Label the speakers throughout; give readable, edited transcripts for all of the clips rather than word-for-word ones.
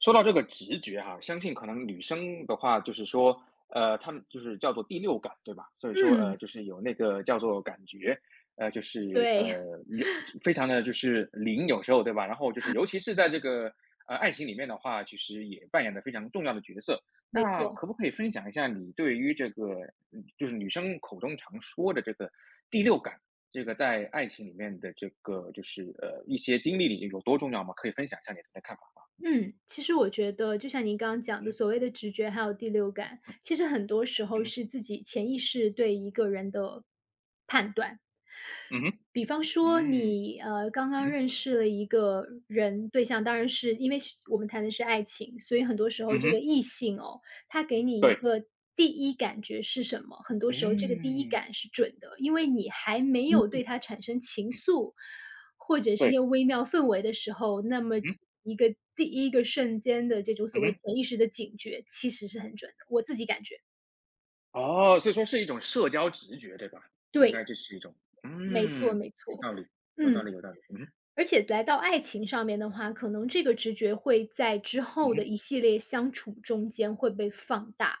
Speaker 1: 说到这个直觉哈，相信可能女生的话，就是说，她们就是叫做第六感，对吧？所以说，
Speaker 2: 嗯，
Speaker 1: 就是有那个叫做感觉，呃，就是呃，
Speaker 2: 对，
Speaker 1: 有非常的就是灵，有时候对吧？然后就是尤其是在这个爱情里面的话，其实也扮演的非常重要的角色。
Speaker 2: 没
Speaker 1: 那
Speaker 2: 错。
Speaker 1: 可不可以分享一下你对于这个，就是女生口中常说的这个第六感，这个在爱情里面的这个就是一些经历里有多重要吗？可以分享一下你的看法。
Speaker 2: 嗯，其实我觉得就像您刚刚讲的，
Speaker 1: 嗯，
Speaker 2: 所谓的直觉还有第六感，其实很多时候
Speaker 1: 嗯，
Speaker 2: 是自己潜意识对一个人的判断。
Speaker 1: 嗯哼，
Speaker 2: 比方说
Speaker 1: 嗯，
Speaker 2: 你，刚
Speaker 1: 嗯
Speaker 2: 刚
Speaker 1: 哼，
Speaker 2: 认识了一个人对象，当然是因为是我们谈的是爱情，所以很多时候
Speaker 1: 嗯
Speaker 2: 这个
Speaker 1: 哼，
Speaker 2: 异性哦，他给你一
Speaker 1: 对，
Speaker 2: 个第一感觉是什么，很多时候这个第一
Speaker 1: 嗯，
Speaker 2: 感是准的，因为你还没有对
Speaker 1: 嗯。
Speaker 2: 他产生情愫，或者是一些
Speaker 1: 对，
Speaker 2: 微妙氛围的时候，那么
Speaker 1: 嗯哼，
Speaker 2: 一个第一个瞬间的这种所
Speaker 1: 嗯
Speaker 2: 谓
Speaker 1: 哼。
Speaker 2: 潜意识的警觉，其实是很准的，我自己感觉。
Speaker 1: 哦，所以说是一种社交直觉，对吧？应该
Speaker 2: 对，
Speaker 1: 这是一种，
Speaker 2: 没错
Speaker 1: 嗯，
Speaker 2: 没
Speaker 1: 有
Speaker 2: 错，
Speaker 1: 道理，有道
Speaker 2: 嗯。
Speaker 1: 理，有道理，嗯
Speaker 2: 而且来到爱情上面的话，可能这个直觉会在之后的
Speaker 1: 哼，
Speaker 2: 一系列相处中间会被放大。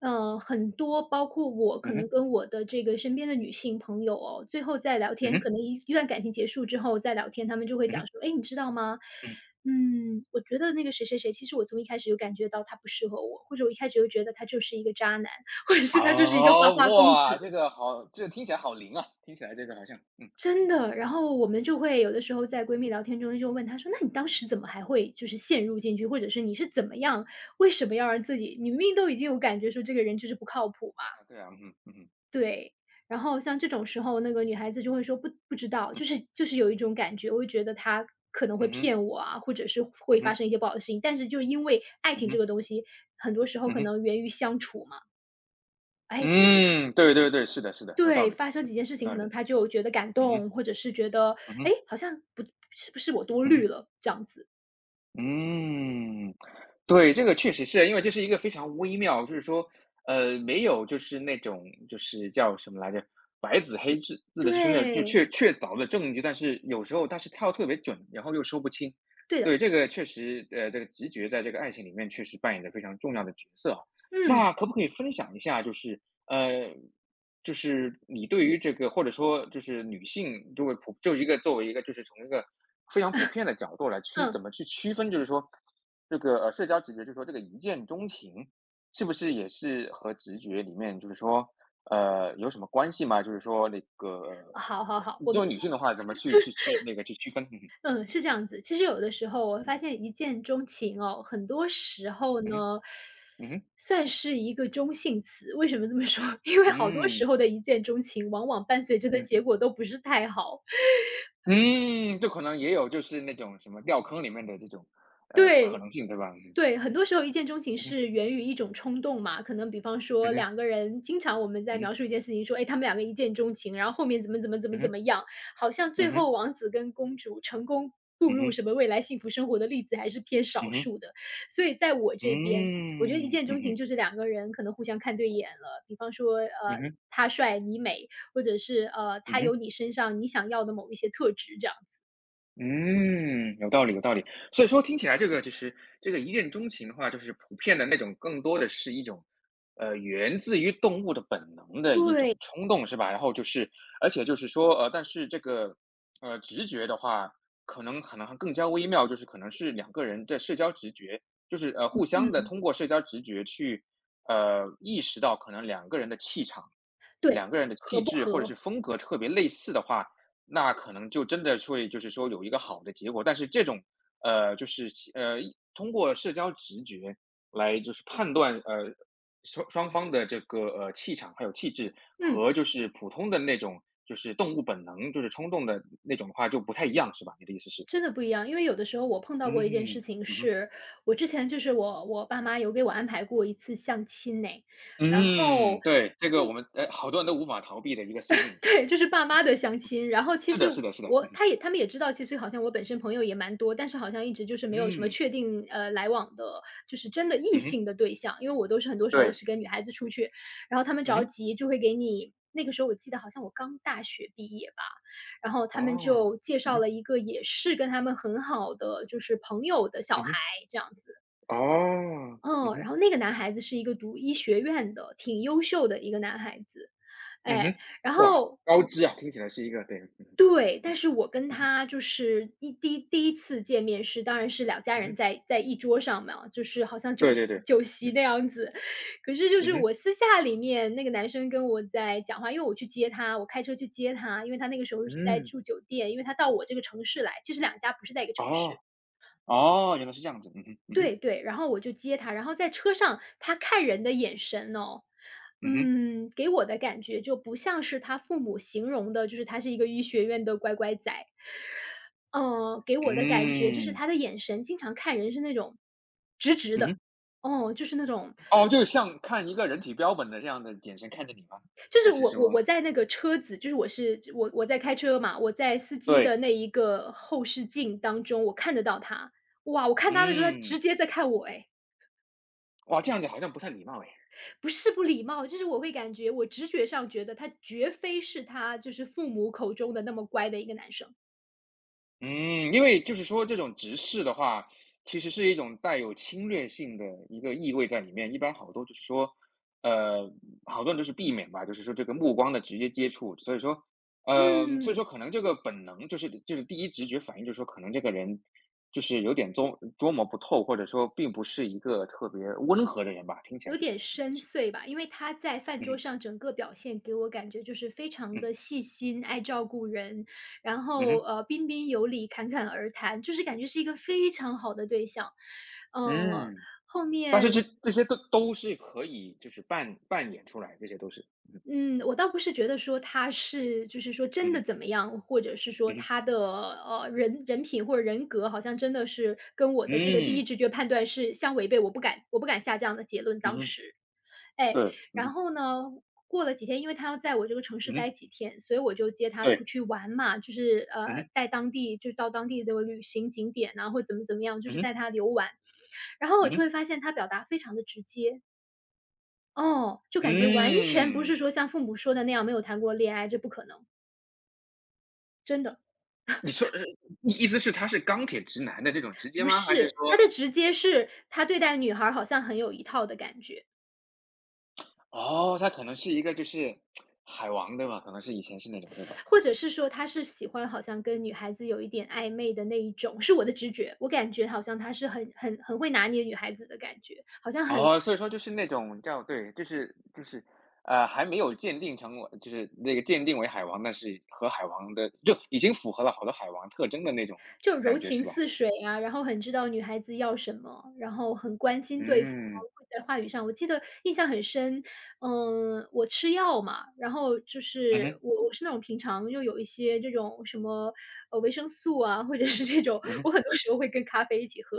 Speaker 2: 很多包括我可
Speaker 1: 嗯
Speaker 2: 能
Speaker 1: 哼，
Speaker 2: 跟我的这个身边的女性朋友哦，最后在聊
Speaker 1: 嗯
Speaker 2: 天，可
Speaker 1: 哼，
Speaker 2: 能一段感情结束之后再聊天，他们
Speaker 1: 嗯哼，
Speaker 2: 就会
Speaker 1: 嗯
Speaker 2: 讲
Speaker 1: 哼，
Speaker 2: 说："哎，你知道吗？
Speaker 1: 嗯。
Speaker 2: 嗯，我觉得那个谁谁谁，其实我从一开始就感觉到他不适合我，或者我一开始就觉得他就是一个渣男，或者是他就是一个花
Speaker 1: 哦，
Speaker 2: 花公子。"
Speaker 1: 哇，这个好，这个听起来好灵啊，听起来这个好像，嗯。
Speaker 2: 真的，然后我们就会有的时候在闺蜜聊天中就问她说："那你当时怎么还会就是陷入进去，或者是你是怎么样为什么要让自己你明明都已经有感觉说这个人就是不靠谱嘛。"
Speaker 1: 啊，对啊，嗯哼，嗯哼，
Speaker 2: 对，然后像这种时候，那个女孩子就会说："不知道。”就是有一种感觉，我会觉得他可能会
Speaker 1: 嗯哼，
Speaker 2: 骗我啊，或者是
Speaker 1: 嗯
Speaker 2: 会发
Speaker 1: 哼，
Speaker 2: 生一些不好的事情，但是就是因为爱
Speaker 1: 嗯
Speaker 2: 情这
Speaker 1: 哼，
Speaker 2: 个东西，很
Speaker 1: 嗯哼，
Speaker 2: 多时候
Speaker 1: 嗯
Speaker 2: 可
Speaker 1: 哼，
Speaker 2: 能源于相处嘛。哎，
Speaker 1: 嗯，对对对，是的，是的，有道
Speaker 2: 对，
Speaker 1: 理，
Speaker 2: 发生几件事
Speaker 1: 有
Speaker 2: 情，
Speaker 1: 道
Speaker 2: 可
Speaker 1: 理，
Speaker 2: 能他就觉得感
Speaker 1: 嗯哼，
Speaker 2: 动，或者是觉得，
Speaker 1: 嗯
Speaker 2: 哎，
Speaker 1: 哼，
Speaker 2: 好像不是我多
Speaker 1: 嗯
Speaker 2: 虑
Speaker 1: 哼。
Speaker 2: 了这样子。
Speaker 1: 嗯，对，这个确实是，因为这是一个非常微妙，就是说，没有就是那种就是叫什么来着，白纸黑字的，就是那种就
Speaker 2: 对，
Speaker 1: 确凿的证据，但是有时候它是跳得特别准，然后又说不清。
Speaker 2: 对的，
Speaker 1: 对，这个确实，这个直觉在这个爱情里面确实扮演着非常重要的角色啊。
Speaker 2: 嗯，
Speaker 1: 那可不可以分享一下，就是呃就是你对于这个，或者说就是女性，就会普就一个作为一个，就是从一个非常普遍的角度来
Speaker 2: 嗯，
Speaker 1: 怎么去区分，就是说这个社交直觉，就是说这个一见钟情，是不是也是和直觉里面就是说有什么关系吗？就是说那个
Speaker 2: 好好好，我明
Speaker 1: 作为女性的话，怎么去那个去区分？
Speaker 2: 嗯，是这样子。其实有的时候我会发现一见钟情哦，很多时候
Speaker 1: 嗯哼，
Speaker 2: 呢，
Speaker 1: 嗯哼，
Speaker 2: 算是一个中性词。为什么这么说？因为
Speaker 1: 嗯
Speaker 2: 好多
Speaker 1: 哼，
Speaker 2: 时
Speaker 1: 嗯，
Speaker 2: 候的一见钟情，往往伴随着的
Speaker 1: 嗯，
Speaker 2: 结果都不是太好。
Speaker 1: 嗯，这可能也有就是那种什么掉坑里面的这种可
Speaker 2: 对。
Speaker 1: 能性，对吧？嗯，
Speaker 2: 对，很多时候一见钟情
Speaker 1: 嗯哼，
Speaker 2: 是源于一种冲动嘛。可能比方
Speaker 1: 嗯
Speaker 2: 说
Speaker 1: 哼，嗯
Speaker 2: 两个人经常我们在
Speaker 1: 哼。
Speaker 2: 描述一件事情说，哎，他们两个一见钟情，然后后面怎么怎么怎么怎么
Speaker 1: Mhm.
Speaker 2: 样，好像最
Speaker 1: Mhm.
Speaker 2: 后王子跟公主成功步入什
Speaker 1: Mhm.
Speaker 2: 么未来幸福生活的例子还是偏少
Speaker 1: Mhm.
Speaker 2: 数的。所以在我这边，我觉得一
Speaker 1: Hm.
Speaker 2: 见钟情
Speaker 1: Mhm.
Speaker 2: 就是两个人可能互相看对眼了，比方说，
Speaker 1: Mhm.
Speaker 2: 他帅你美，或者是，他有
Speaker 1: Mhm.
Speaker 2: 你身上你想要的某一些特质这样子。
Speaker 1: 嗯，有道理有道理。所以说听起来这个就是这个一见钟情的话，就是普遍的那种更多的是一种，源自于动物的本能的一
Speaker 2: 对，
Speaker 1: 种冲动，是吧？然后就是而且就是说，但是这个，直觉的话，可能可能还更加微妙，就是可能是两个人的社交直觉，就是互相的通过社交直觉去，意识到可能两个人的气场、
Speaker 2: 对，
Speaker 1: 两个人的
Speaker 2: 合
Speaker 1: 气
Speaker 2: 不
Speaker 1: 质或者是
Speaker 2: 合，
Speaker 1: 风格特别类似的话。那可能就真的会就是说有一个好的结果，但是这种，呃，就是其呃，一通过社交直觉来就是判断，双方的这个气场还有气质
Speaker 2: 嗯。
Speaker 1: 和就是普通的那种就是动物本能就是冲动的那种的话就不太一样，是吧？你的意思是？
Speaker 2: 真的不一样，因为有的时候我碰到过一件事
Speaker 1: 嗯，
Speaker 2: 情
Speaker 1: 嗯哼。
Speaker 2: 是，我之前就是我爸妈有给我安排过一次相亲呢，然后
Speaker 1: 嗯，对，这
Speaker 2: 那
Speaker 1: 个我们好多人都无法逃避的一个宿命，这个是，
Speaker 2: 对，就是爸妈的相亲。然后其
Speaker 1: 是
Speaker 2: 实
Speaker 1: 的，是的，是的，
Speaker 2: 我他也他们也知道，其实好像我本身朋友也蛮多，但是好像一直就是没有什么
Speaker 1: 嗯，
Speaker 2: 确定来往的，就是真的异
Speaker 1: 嗯哼，
Speaker 2: 性的对象。因为我都是很多时候
Speaker 1: 对，
Speaker 2: 是跟女孩子出去，然后他们
Speaker 1: 嗯
Speaker 2: 着
Speaker 1: 哼。
Speaker 2: 急就会给你。那个时候我记得好像我刚大学毕业吧，然后他
Speaker 1: 哦，
Speaker 2: 们
Speaker 1: 嗯
Speaker 2: 就介绍
Speaker 1: 哼，
Speaker 2: 了一个也是跟他们很好的就是朋友的小孩
Speaker 1: 嗯哼。
Speaker 2: 这样子，
Speaker 1: 哦，嗯
Speaker 2: 嗯，然
Speaker 1: 哼。
Speaker 2: 后那个男孩子是一个读医学院的，挺优秀的一个男孩子，
Speaker 1: 嗯
Speaker 2: 哎，
Speaker 1: 哼，
Speaker 2: 然
Speaker 1: 哇，
Speaker 2: 后
Speaker 1: 高知啊，听起来是一个对。嗯哼，
Speaker 2: 对，但
Speaker 1: 嗯，
Speaker 2: 是我跟
Speaker 1: 嗯哼，
Speaker 2: 他就是一第一第一次见面是当然是两家
Speaker 1: 嗯
Speaker 2: 人
Speaker 1: 哼，
Speaker 2: 在一桌上嘛，就是好像酒
Speaker 1: 对
Speaker 2: 席
Speaker 1: 对对，
Speaker 2: 酒席
Speaker 1: 嗯，
Speaker 2: 那样子。可是就
Speaker 1: 嗯
Speaker 2: 是
Speaker 1: 哼，
Speaker 2: 我私下里面那个男生跟我在讲话，因为我去接他，我开车去接他，因为他那个时候是在
Speaker 1: 嗯，
Speaker 2: 住酒店，因为他到我这个城市来，其实两家不是在一个城市。
Speaker 1: 哦。哦，原来是这样子，嗯哼，嗯哼，
Speaker 2: 对对，然后我就接他，然后在车上他看人的眼神哦，
Speaker 1: 嗯哼，
Speaker 2: 给我的感觉就不像是他父母形容的，就是他是一个医学院的乖乖仔。给我的感觉就是
Speaker 1: 嗯，
Speaker 2: 他的眼神经常看人是那种直直
Speaker 1: 嗯
Speaker 2: 的，
Speaker 1: 哼，
Speaker 2: 哦，就是那种
Speaker 1: 哦，就像看一个人体标本的这样的眼神看着你吗？
Speaker 2: 就是
Speaker 1: 还是
Speaker 2: 我我
Speaker 1: 说，
Speaker 2: 我在那个车子，就是我在开车嘛，我在司机的
Speaker 1: 对，
Speaker 2: 那一个后视镜当中，我看得到他，哇，我看他的时候，他直
Speaker 1: 嗯，
Speaker 2: 接在看我哎。
Speaker 1: 哇，这样子好像不太礼貌哎。
Speaker 2: 不是不礼貌，就是我会感觉我直觉上觉得他绝非是他就是父母口中的那么乖的一个男生。
Speaker 1: 嗯，因为就是说这种直视的话，其实是一种带有侵略性的一个意味在里面。一般好多就是说，呃，好多人都是避免吧，就是说这个目光的直接接触。所以说，所以
Speaker 2: 嗯。
Speaker 1: 说可能这个本能就是就是第一直觉反应，就是说可能这个人就是有点捉摸不透，或者说并不是一个特别温和的人吧。听起来
Speaker 2: 有
Speaker 1: 就是
Speaker 2: 点
Speaker 1: 你的意思
Speaker 2: 深
Speaker 1: 是，
Speaker 2: 邃吧，因为他在饭桌
Speaker 1: 嗯，
Speaker 2: 上整个表现给我感觉就是非常
Speaker 1: 嗯，
Speaker 2: 的细心、爱照顾人，然
Speaker 1: 嗯
Speaker 2: 后，
Speaker 1: 哼，
Speaker 2: 彬彬有礼、侃侃而谈，就是感觉是一个非常好的对象。呃，
Speaker 1: 嗯，
Speaker 2: 后
Speaker 1: 但是
Speaker 2: 面
Speaker 1: 这些都是可以就是扮演出来，这些都是，
Speaker 2: 嗯，我倒不是觉得说他是就是说真的
Speaker 1: 嗯，
Speaker 2: 怎么样，或者是说
Speaker 1: 嗯，
Speaker 2: 他的，人品或者人格好像真的是跟我的这个第一
Speaker 1: 嗯，
Speaker 2: 直觉判断是相违背，我不敢下这样的结论
Speaker 1: 嗯
Speaker 2: 当
Speaker 1: 哼，
Speaker 2: 时。哎，
Speaker 1: 对，嗯
Speaker 2: 然
Speaker 1: 哼，
Speaker 2: 后呢，过了几天，因为他要在我这个城市
Speaker 1: 嗯
Speaker 2: 待
Speaker 1: 哼，
Speaker 2: 几天，所以我就接他出
Speaker 1: 对，
Speaker 2: 去玩嘛，就是，
Speaker 1: 嗯哼，
Speaker 2: 带当地就是到当地的旅行景点啊，或怎么怎么样，就
Speaker 1: 嗯
Speaker 2: 是
Speaker 1: 哼，
Speaker 2: 带他游玩。然后我
Speaker 1: 嗯
Speaker 2: 就
Speaker 1: 哼，
Speaker 2: 会发现他表达非常的直接。哦，就感觉完全不是
Speaker 1: 嗯，
Speaker 2: 说像父母说的那样没有谈过恋爱，这不可能，真的。
Speaker 1: 你说，意思是他是钢铁直男的这种直接
Speaker 2: 不
Speaker 1: 吗？还是
Speaker 2: 是，他
Speaker 1: 说
Speaker 2: 的直接是他对待女孩儿好像很有一套的感觉，
Speaker 1: 那哦，他可能是一个就是海王，对吧？可能是以前是那种，对吧？
Speaker 2: 或者是说他是喜欢好像跟女孩子有一点暧昧的那一种，是我的直觉，我感觉好像他是很会拿捏女孩子的感觉，好像
Speaker 1: 哦，所以说就是那种叫对，就是就是，还没有鉴定成为，就是那个鉴定为海王，但是和海王的就已经符合了好多海王特征的那种
Speaker 2: 就柔
Speaker 1: 感觉，
Speaker 2: 情
Speaker 1: 是吧？
Speaker 2: 似水啊，然后很知道女孩子要什么，然后很关心对方，
Speaker 1: 嗯，
Speaker 2: 会在话语上我记得印象很深，我吃药嘛，然后就
Speaker 1: 嗯
Speaker 2: 是
Speaker 1: 哼，
Speaker 2: 我是那种平常又有一些这种什么，维生素啊，或者是这种，
Speaker 1: 嗯
Speaker 2: 我
Speaker 1: 哼，
Speaker 2: 很多时候会跟咖啡一起喝。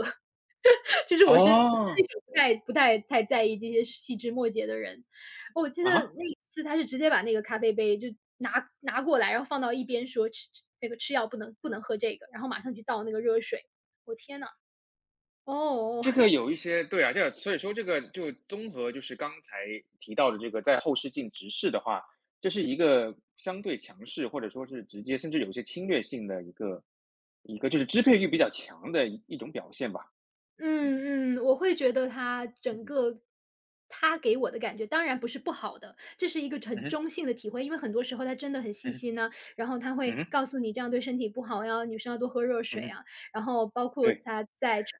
Speaker 2: 就是我是那
Speaker 1: 哦，
Speaker 2: 种不太在意这些细枝末节的人。我记得
Speaker 1: 啊哈。
Speaker 2: 那一次他是直接把那个咖啡杯就拿过来，然后放到一边说："吃吃那个吃药不能喝这个。"然后马上去倒那个热水。我天呐，哦，
Speaker 1: 这个有一些对啊，这个所以说这个就综合就是刚才提到的这个在后视镜直视的话，这是一个相对强势，或者说是直接，甚至有一些侵略性的一个一个就是支配欲比较强的一种表现吧。嗯，
Speaker 2: 嗯嗯，我会觉得他
Speaker 1: 嗯
Speaker 2: 整
Speaker 1: 哼，
Speaker 2: 个他给我的感觉当然不是不好的，这是一个很
Speaker 1: 嗯哼，
Speaker 2: 中性的体会，因为很多时候他真的很细
Speaker 1: 嗯哼，
Speaker 2: 心呢。然后他
Speaker 1: 嗯
Speaker 2: 会
Speaker 1: 哼，
Speaker 2: 告诉你这样对身体不好呀，女生要多喝热
Speaker 1: 嗯
Speaker 2: 水
Speaker 1: 哼，
Speaker 2: 啊，然后包括
Speaker 1: 对，
Speaker 2: 他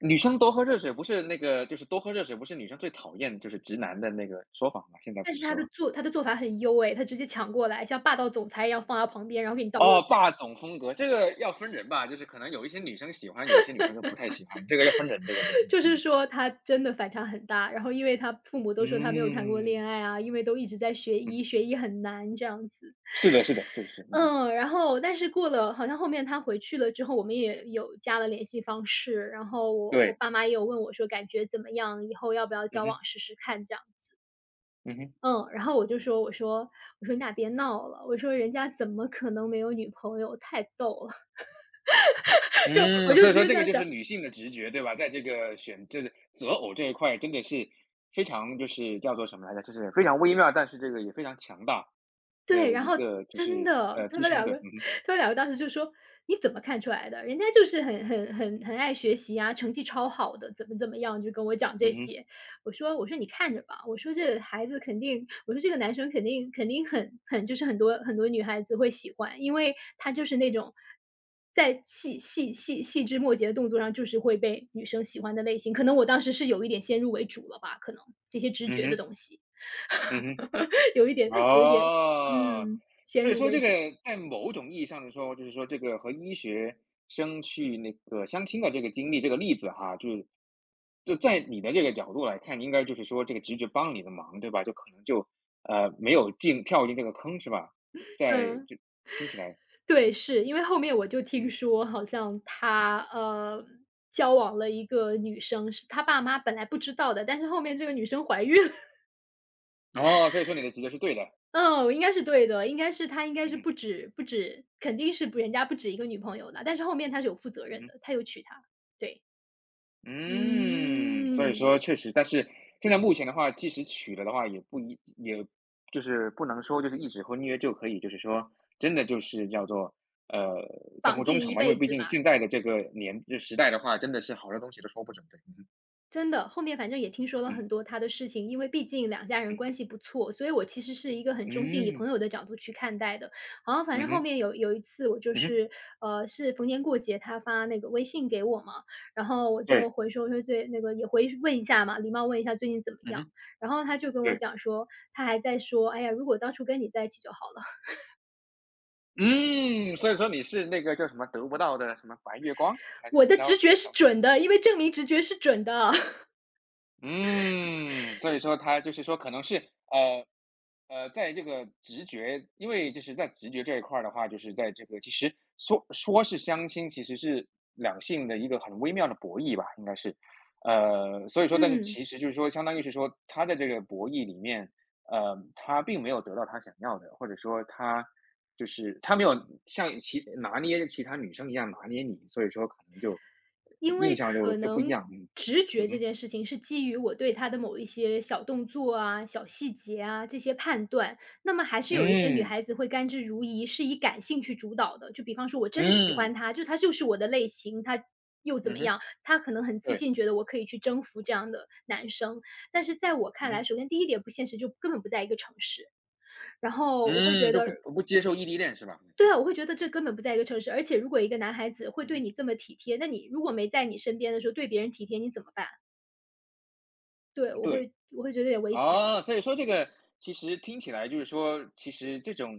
Speaker 1: 女生多喝热水不是那个就是多喝热水不是女生最讨厌就是直男的那个说法吗？现在
Speaker 2: 但
Speaker 1: 不
Speaker 2: 是
Speaker 1: 是说
Speaker 2: 他的做法很优诶，他直接抢过来，像霸道总裁一样放在旁边，然后给你倒热
Speaker 1: 哦，
Speaker 2: 水。
Speaker 1: 霸总风格，这个要分人吧，就是可能有一些女生喜欢，有一些女生就不太喜欢，这个要分人，这个对。
Speaker 2: 就是
Speaker 1: 嗯，
Speaker 2: 说他真的反差很大，然后因为他父母都说他没有谈过恋
Speaker 1: 嗯，
Speaker 2: 爱啊，因为都一直在学
Speaker 1: 嗯，
Speaker 2: 医，学医很难这样子。
Speaker 1: 是的，是的，是的，是的，嗯哼，
Speaker 2: 嗯，然后但是过了好像后面他回去了之后，我们也有加了联系方式，然后我
Speaker 1: 对，
Speaker 2: 爸妈也有问我说感觉怎么样，以后要不要
Speaker 1: 嗯
Speaker 2: 交
Speaker 1: 哼，
Speaker 2: 往试试看这样子。
Speaker 1: 嗯哼，
Speaker 2: 嗯，然后我就说我说我说你俩别闹了，我说人家怎么可能没有女朋友，太逗了。就我
Speaker 1: 嗯，
Speaker 2: 就
Speaker 1: 所
Speaker 2: 直
Speaker 1: 以说
Speaker 2: 接
Speaker 1: 这
Speaker 2: 这
Speaker 1: 个
Speaker 2: 样
Speaker 1: 就是
Speaker 2: 讲，
Speaker 1: 女性的直觉，对吧？在这个选就是择偶这一块，真的是非常就是叫做什么来着？就是非常微妙，但是这个也非常强大
Speaker 2: 对，
Speaker 1: 的
Speaker 2: 然
Speaker 1: 一
Speaker 2: 后
Speaker 1: 个就是
Speaker 2: 真的，他
Speaker 1: 支
Speaker 2: 们
Speaker 1: 撑
Speaker 2: 两
Speaker 1: 的，
Speaker 2: 个
Speaker 1: 嗯哼，
Speaker 2: 他们两个当时就说：“你怎么看出来的？人家就是很爱学习啊，成绩超好的，怎么怎么样。”就跟我讲这
Speaker 1: 嗯哼，
Speaker 2: 些。我说：“你看着吧。”我说：“这孩子肯定我说这个男生肯定很就是很多女孩子会喜欢，因为他就是那种在细枝末节的动作上，就是会被女生喜欢的类型。可能我当时是有一点先入为主了吧，可能这些直
Speaker 1: 嗯
Speaker 2: 觉的
Speaker 1: 哼，
Speaker 2: 东西。”
Speaker 1: 嗯哼。
Speaker 2: 有一点，
Speaker 1: 哦，
Speaker 2: 嗯，先
Speaker 1: 所以
Speaker 2: 入
Speaker 1: 说
Speaker 2: 为
Speaker 1: 这个
Speaker 2: 主。
Speaker 1: 在某种意义上来说，就是说这个和医学生去那个相亲的这个经历，这个例子哈，就是就在你的这个角度来看，应该就是说这个直觉帮了你的忙，对吧？就可能就没有进跳进这个坑是吧？在
Speaker 2: 嗯，
Speaker 1: 就听起来，
Speaker 2: 对，是，因为后面我就听
Speaker 1: 嗯，
Speaker 2: 说好像他，交往了一个女生，是他爸妈本来不知道的，但是后面这个女生怀孕了。
Speaker 1: 哦，所以说你的直觉是对的，
Speaker 2: 嗯，应该是对的，应该是他应该
Speaker 1: 嗯
Speaker 2: 是
Speaker 1: 哼，
Speaker 2: 不止肯定是不人家不止一个女朋友的，但是后面他是有负责
Speaker 1: 嗯
Speaker 2: 任
Speaker 1: 哼。
Speaker 2: 的，他有娶她，对。
Speaker 1: 嗯，所以
Speaker 2: 嗯，
Speaker 1: 说确实，但是现在目前的话，即使娶了的话，也不一也就是不能说就是一纸婚约就可以，就是说真的就是叫做呃相
Speaker 2: 绑
Speaker 1: 互忠
Speaker 2: 定
Speaker 1: 诚
Speaker 2: 一
Speaker 1: 嘛，因为
Speaker 2: 辈
Speaker 1: 毕
Speaker 2: 子
Speaker 1: 竟
Speaker 2: 吧。
Speaker 1: 现在的这个时代的话，真的是好多东西都说不准的。
Speaker 2: 真的，后面反正也听说了
Speaker 1: 嗯，
Speaker 2: 很多他的事情，因为毕竟两家人
Speaker 1: 嗯，
Speaker 2: 关系不错，所以我其实是一个很中性，以
Speaker 1: 嗯，
Speaker 2: 朋
Speaker 1: 嗯，
Speaker 2: 友的角度去看待的。好像反
Speaker 1: 嗯
Speaker 2: 正后
Speaker 1: 哼，
Speaker 2: 面有一次，我就
Speaker 1: 嗯哼，
Speaker 2: 是是逢年过节他发那个微信给我嘛，然后我就
Speaker 1: 对，
Speaker 2: 回说最那个也回问一下嘛，礼貌问一下最近怎么
Speaker 1: 嗯
Speaker 2: 样。
Speaker 1: 哼，
Speaker 2: 然后他就跟我
Speaker 1: 对，
Speaker 2: 讲说，他还在说，哎呀，如果当初跟你在一起就好了。
Speaker 1: 嗯，所以说你是那个叫什么得不到的什么白月光还是
Speaker 2: 我
Speaker 1: 怎么
Speaker 2: 的
Speaker 1: 着
Speaker 2: 直觉
Speaker 1: 那个
Speaker 2: 是
Speaker 1: 他？
Speaker 2: 准的，因为证明直觉是准的，
Speaker 1: 嗯，所以说他就是说可能是呃。在这个直觉，因为就是在直觉这一块儿的话，就是在这个其实说是相亲，其实是两性的一个很微妙的博弈吧，应该是。所以说，但是
Speaker 2: 嗯。
Speaker 1: 其实就是说，相当于是说，他在这个博弈里面，他并没有得到他想要的，或者说他就是他没有像其拿捏其他女生一样拿捏你，所以说可能就
Speaker 2: 因
Speaker 1: 印
Speaker 2: 为
Speaker 1: 象就
Speaker 2: 可
Speaker 1: 就不一
Speaker 2: 能
Speaker 1: 样。嗯，
Speaker 2: 直觉
Speaker 1: 嗯
Speaker 2: 这
Speaker 1: 哼，
Speaker 2: 件事情是基于我对他的某一些小动作啊、小细节啊这些判断，那么还是有一些女
Speaker 1: 嗯，
Speaker 2: 孩子会甘之如饴，是以感性去主导的。就比方说我真的喜欢
Speaker 1: 嗯，
Speaker 2: 他，就他就是我的类型，他又怎
Speaker 1: 嗯
Speaker 2: 么样？
Speaker 1: 哼，
Speaker 2: 她可能很自
Speaker 1: 对，
Speaker 2: 信，觉得我可以去征服这样的男生。但是在我看
Speaker 1: 嗯
Speaker 2: 来，
Speaker 1: 哼。
Speaker 2: 首先第一点不现实，就根本不在一个城市。然后我会
Speaker 1: 嗯，
Speaker 2: 觉
Speaker 1: 就
Speaker 2: 得
Speaker 1: 不接受异地恋是吧？嗯，
Speaker 2: 对
Speaker 1: 嗯，
Speaker 2: 啊，
Speaker 1: 嗯，
Speaker 2: 我会觉得这根本不在一个城市，而且如果一个男孩子会
Speaker 1: 嗯
Speaker 2: 对
Speaker 1: 哼，
Speaker 2: 你这么体贴，那你如果没在你身边的时候对别人体贴，你怎么办？对，我
Speaker 1: 对，
Speaker 2: 会我会觉得有点危险，
Speaker 1: 哦，所以说这个其实听起来就是说，其实这种，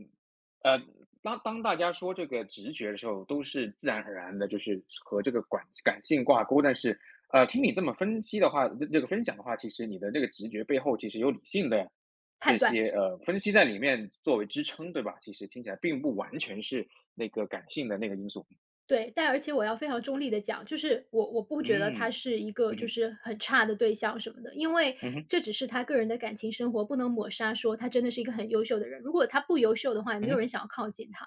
Speaker 1: 呃，当大家说这个直觉的时候，都是自然而然的，就是和这个感性挂钩。但是，听你这么分析的话，这个分享的话，其实你的这个直觉背后其实有理性的
Speaker 2: 判
Speaker 1: 这
Speaker 2: 断。
Speaker 1: 些分析在里面作为支撑，对吧？其实听起来并不完全是那个感性的那个因素。
Speaker 2: 对，但而且我要非常中立的讲，就是我不觉得
Speaker 1: 嗯，
Speaker 2: 他
Speaker 1: 嗯
Speaker 2: 是一个就
Speaker 1: 哼，
Speaker 2: 是很差的对象什么的，因为
Speaker 1: 嗯哼，
Speaker 2: 这只是他个人的感情生活，不能抹杀说他真的是一个很优秀的人。如果他不优秀的话，也
Speaker 1: 嗯
Speaker 2: 没有
Speaker 1: 哼，
Speaker 2: 人想要靠近他。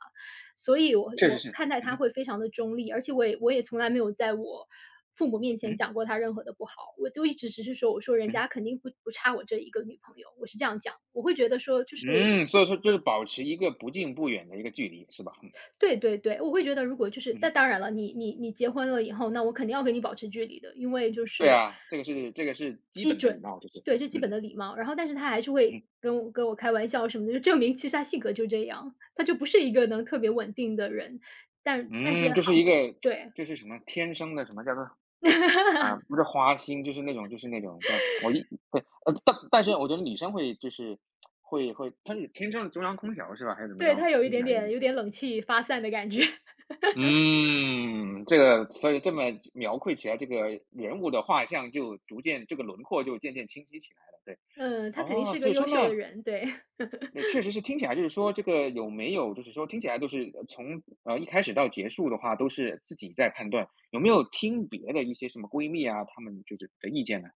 Speaker 2: 所以我
Speaker 1: 确实
Speaker 2: 我
Speaker 1: 是，
Speaker 2: 看待
Speaker 1: 嗯
Speaker 2: 他
Speaker 1: 哼，
Speaker 2: 会非常的中立，而且我也从来没有在我父母面前
Speaker 1: 嗯哼。
Speaker 2: 讲过他任何的不好，我都一直只是说，我说人
Speaker 1: 嗯，
Speaker 2: 家肯定不差我这一个女朋友，我是这样讲。我会觉得说就是
Speaker 1: 嗯，所以说就是保持一个不近不远的一个距离，是吧？嗯，
Speaker 2: 对，我会觉得如果就是那
Speaker 1: 嗯，
Speaker 2: 当然了，你结婚了以后，那我肯定要跟你保持距离的，因为就
Speaker 1: 对
Speaker 2: 是
Speaker 1: 啊，这个是这个是基本的礼貌，就是，
Speaker 2: 对，这基
Speaker 1: 嗯
Speaker 2: 本的
Speaker 1: 哼，
Speaker 2: 礼貌。然后但是他还是会
Speaker 1: 嗯，
Speaker 2: 跟我开玩笑什么的，就证明其实他性格就这样，他就不是一个能特别稳定的人。但但
Speaker 1: 嗯，
Speaker 2: 是
Speaker 1: 就
Speaker 2: 好
Speaker 1: 是一个
Speaker 2: 对，
Speaker 1: 就是什么天生的什么叫做啊，不是花心，就是那种就是那种叫我一对，但是我觉得女生会就是会，她是天生的中央空调是吧？还是怎么着？
Speaker 2: 对，他有一
Speaker 1: 听起
Speaker 2: 点
Speaker 1: 来有
Speaker 2: 点
Speaker 1: 点，
Speaker 2: 有点冷气发散的感觉。
Speaker 1: 嗯，这个所以这么描绘起来，这个人物的画像就逐渐这个轮廓就渐渐清晰起来了，对。
Speaker 2: 嗯，他肯定
Speaker 1: 哦，
Speaker 2: 是
Speaker 1: 所
Speaker 2: 个
Speaker 1: 以说
Speaker 2: 优秀
Speaker 1: 呢，
Speaker 2: 的人，对。
Speaker 1: 对，确实是听起来就是说这个有没有就是说听起来都是，从，一开始到结束的话，都是自己在判断，有没有听别的一些什么闺蜜啊，她们就是的意见呢？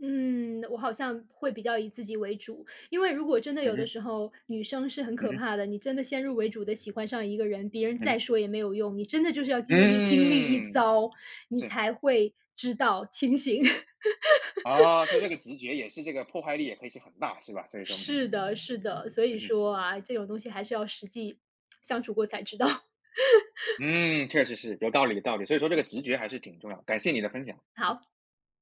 Speaker 2: 嗯，我好像会比较以自己为主，因为如果真的
Speaker 1: 嗯
Speaker 2: 有的
Speaker 1: 哼，
Speaker 2: 时候女生是很
Speaker 1: 嗯
Speaker 2: 可
Speaker 1: 哼，
Speaker 2: 怕的，你真的先入为主的喜欢上一个人，别人
Speaker 1: 嗯
Speaker 2: 再
Speaker 1: 哼，
Speaker 2: 说也没有用，你真的就是要经历一
Speaker 1: 嗯，
Speaker 2: 遭，你
Speaker 1: 是，
Speaker 2: 才会知道清醒。
Speaker 1: 啊，所以这个直觉也是这个破坏力也可以是很大，是吧？所以说，嗯
Speaker 2: 是
Speaker 1: 哼，
Speaker 2: 的，是的，所以
Speaker 1: 嗯哼，
Speaker 2: 说啊，这种东西还是要实际相处过才知道。
Speaker 1: 嗯，嗯确实是，有道理有道理，所以说这个直觉还是挺重要，感谢你的分享。
Speaker 2: 好。